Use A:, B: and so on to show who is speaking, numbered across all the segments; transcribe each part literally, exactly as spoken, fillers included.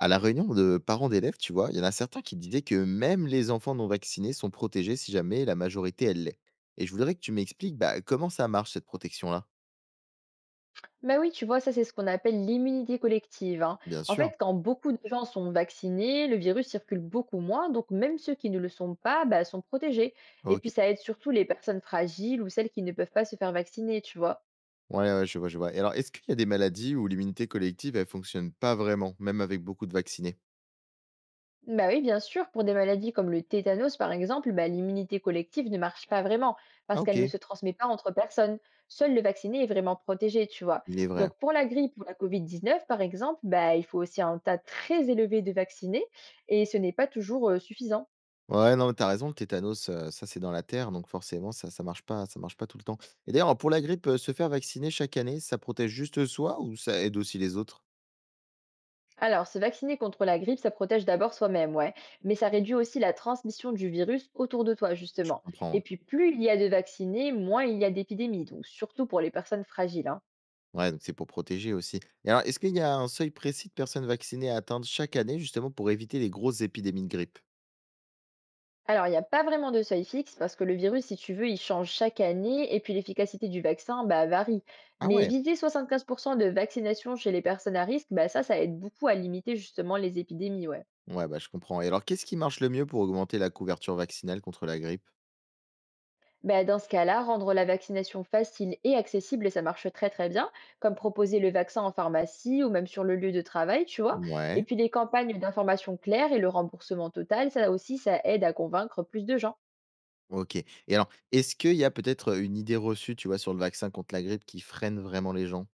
A: À la réunion de parents d'élèves, tu vois, il y en a certains qui disaient que même les enfants non vaccinés sont protégés si jamais la majorité elle l'est. Et je voudrais que tu m'expliques bah, comment ça marche cette protection-là.
B: Bah oui, tu vois, ça, c'est ce qu'on appelle l'immunité collective, hein.
A: Bien
B: En
A: sûr.
B: fait, quand beaucoup de gens sont vaccinés, le virus circule beaucoup moins, donc même ceux qui ne le sont pas, bah, sont protégés. Et
A: Ok.
B: puis, ça aide surtout les personnes fragiles ou celles qui ne peuvent pas se faire vacciner, tu vois.
A: Ouais, ouais, je vois, je vois. Et alors, est-ce qu'il y a des maladies où l'immunité collective, elle fonctionne pas vraiment, même avec beaucoup de vaccinés.
B: Bah oui, bien sûr, pour des maladies comme le tétanos, par exemple, bah, l'immunité collective ne marche pas vraiment parce
A: Ah,
B: qu'elle ne
A: ok.
B: se transmet pas entre personnes. Seul le vacciné est vraiment protégé, tu vois.
A: Il est vrai.
B: Donc pour la grippe ou la covid dix-neuf, par exemple, bah, il faut aussi un tas très élevé de vaccinés et ce n'est pas toujours euh, suffisant.
A: Ouais, non, mais t'as raison, le tétanos, euh, ça c'est dans la terre, donc forcément, ça, ça marche pas, ça marche pas tout le temps. Et d'ailleurs, pour la grippe, euh, se faire vacciner chaque année, ça protège juste soi ou ça aide aussi les autres.
B: Alors, se vacciner contre la grippe, ça protège d'abord soi-même, ouais, mais ça réduit aussi la transmission du virus autour de toi,
A: Je
B: justement. Et
A: comprends.
B: puis, plus il y a de vaccinés, moins il y a d'épidémies, donc surtout pour les personnes fragiles, hein.
A: Ouais, donc c'est pour protéger aussi. Et alors, est-ce qu'il y a un seuil précis de personnes vaccinées à atteindre chaque année, justement, pour éviter les grosses épidémies de grippe?
B: Alors, il n'y a pas vraiment de seuil fixe parce que le virus, si tu veux, il change chaque année et puis l'efficacité du vaccin bah, varie.
A: Ah
B: Mais
A: ouais.
B: viser soixante-quinze pour cent de vaccination chez les personnes à risque, bah, ça, ça aide beaucoup à limiter justement les épidémies. Ouais.
A: Ouais, bah, je comprends. Et alors, qu'est-ce qui marche le mieux pour augmenter la couverture vaccinale contre la grippe?
B: Bah, dans ce cas-là, rendre la vaccination facile et accessible, ça marche très très bien, comme proposer le vaccin en pharmacie ou même sur le lieu de travail, tu vois. Et
A: Ouais,
B: puis les campagnes d'information claires et le remboursement total, ça aussi, ça aide à convaincre plus de gens.
A: ok. Et alors, est-ce qu'il y a peut-être une idée reçue, tu vois, sur le vaccin contre la grippe qui freine vraiment les gens?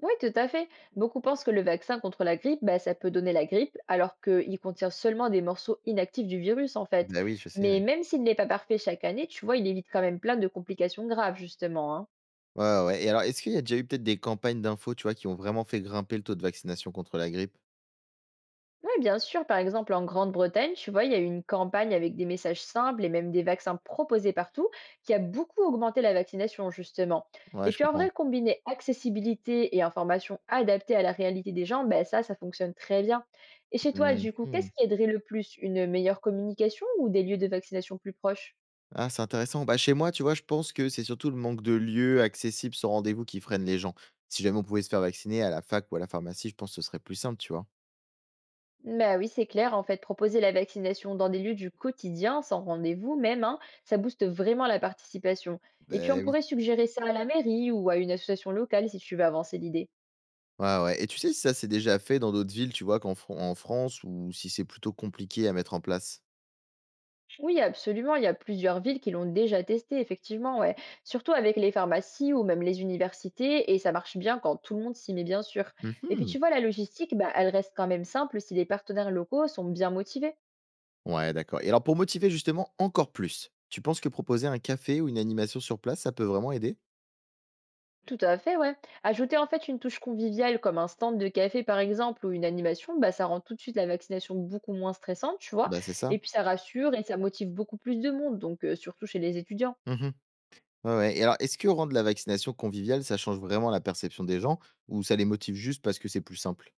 B: Oui, tout à fait. Beaucoup pensent que le vaccin contre la grippe, bah, ça peut donner la grippe, alors qu'il contient seulement des morceaux inactifs du virus, en fait.
A: Bah oui, je sais,
B: Mais
A: ouais.
B: même s'il n'est pas parfait chaque année, tu vois, il évite quand même plein de complications graves, justement, hein.
A: Ouais, ouais, ouais. Et alors, est-ce qu'il y a déjà eu peut-être des campagnes d'infos, tu vois, qui ont vraiment fait grimper le taux de vaccination contre la grippe?
B: Oui, bien sûr. Par exemple, en Grande-Bretagne, tu vois, il y a eu une campagne avec des messages simples et même des vaccins proposés partout qui a beaucoup augmenté la vaccination, justement.
A: Ouais,
B: Et
A: je
B: puis, en vrai,
A: comprends.
B: combiner accessibilité et information adaptée à la réalité des gens, ben ça, ça fonctionne très bien. Et chez toi, du coup, qu'est-ce
A: Mhm.
B: qui aiderait le plus? Une meilleure communication ou des lieux de vaccination plus proches?
A: Ah, c'est intéressant. Bah, chez moi, tu vois, je pense que c'est surtout le manque de lieux accessibles sans rendez-vous qui freine les gens. Si jamais on pouvait se faire vacciner à la fac ou à la pharmacie, je pense que ce serait plus simple, tu vois.
B: Bah oui, c'est clair. En fait, proposer la vaccination dans des lieux du quotidien, sans rendez-vous même, hein, ça booste vraiment la participation. Et puis, on
A: Ben oui.
B: pourrait suggérer ça à la mairie ou à une association locale si tu veux avancer l'idée.
A: Ouais, ouais. Et tu sais si ça s'est déjà fait dans d'autres villes, tu vois, qu'en Fran- en France, ou si c'est plutôt compliqué à mettre en place?
B: Oui, absolument. Il y a plusieurs villes qui l'ont déjà testé, effectivement, ouais. Surtout avec les pharmacies ou même les universités. Et ça marche bien quand tout le monde s'y met, bien sûr. Et puis,
A: Mhm.
B: tu vois, la logistique, bah, elle reste quand même simple si les partenaires locaux sont bien motivés.
A: Ouais, d'accord. Et alors, pour motiver justement encore plus, tu penses que proposer un café ou une animation sur place, ça peut vraiment aider?
B: Tout à fait, ouais. Ajouter en fait une touche conviviale comme un stand de café par exemple ou une animation, bah, ça rend tout de suite la vaccination beaucoup moins stressante, tu vois.
A: Bah, c'est ça.
B: Et puis ça rassure et ça motive beaucoup plus de monde, donc euh, surtout chez les étudiants.
A: Mhm. Ouais, ouais. Et alors, est-ce que rendre la vaccination conviviale, ça change vraiment la perception des gens, ou ça les motive juste parce que c'est plus simple?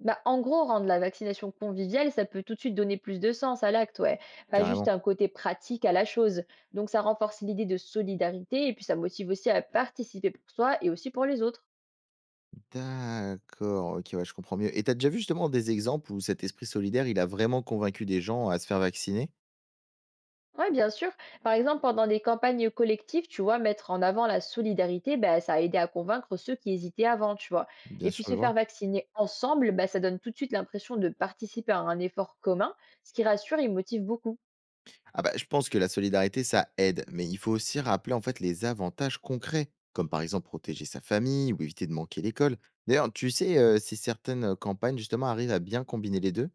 B: Bah, en gros, rendre la vaccination conviviale, ça peut tout de suite donner plus de sens à l'acte, ouais. Pas juste
A: Carrément.
B: un côté pratique à la chose. Donc ça renforce l'idée de solidarité et puis ça motive aussi à participer pour soi et aussi pour les autres.
A: D'accord, OK, ouais, je comprends mieux. Et tu as déjà vu justement des exemples où cet esprit solidaire, il a vraiment convaincu des gens à se faire vacciner?
B: Ouais, bien sûr. Par exemple, pendant des campagnes collectives, tu vois, mettre en avant la solidarité, bah, ça a aidé à convaincre ceux qui hésitaient avant, tu vois. Et
A: Bien
B: puis
A: sûr, je
B: se faire
A: vois.
B: vacciner ensemble, bah, ça donne tout de suite l'impression de participer à un effort commun, ce qui rassure et motive beaucoup.
A: Ah bah, je pense que la solidarité, ça aide, mais il faut aussi rappeler, en fait, les avantages concrets, comme par exemple protéger sa famille ou éviter de manquer l'école. D'ailleurs, tu sais, heu, si certaines, campagnes justement arrivent à bien combiner les deux.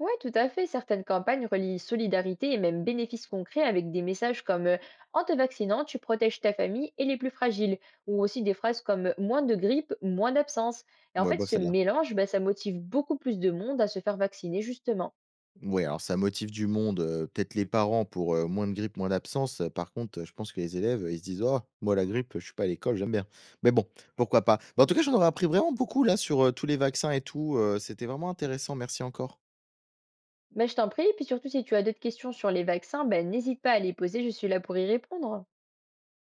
B: Oui, tout à fait. Certaines campagnes relient solidarité et même bénéfices concrets avec des messages comme euh, En te vaccinant, tu protèges ta famille et les plus fragiles, ou aussi des phrases comme euh, Moins de grippe, moins d'absence. Et en
A: Ouais,
B: fait,
A: bof
B: ce
A: celle-là.
B: mélange, bah, ça motive beaucoup plus de monde à se faire vacciner justement.
A: Ouais, alors ça motive du monde, heu, peut-être les parents pour, heu, moins de grippe, moins d'absence. Euh, Par contre, heu, je pense que les élèves, heu, ils se disent: «Oh, moi la grippe, je suis pas à l'école, j'aime bien». Mais bon, pourquoi pas. Bah, en tout cas, j'en aurais appris vraiment beaucoup là sur, heu, tous les vaccins et tout, heu, c'était vraiment intéressant. Merci encore.
B: Bah, je t'en prie, puis surtout si tu as d'autres questions sur les vaccins, ben n'hésite pas à les poser, je suis là pour y répondre.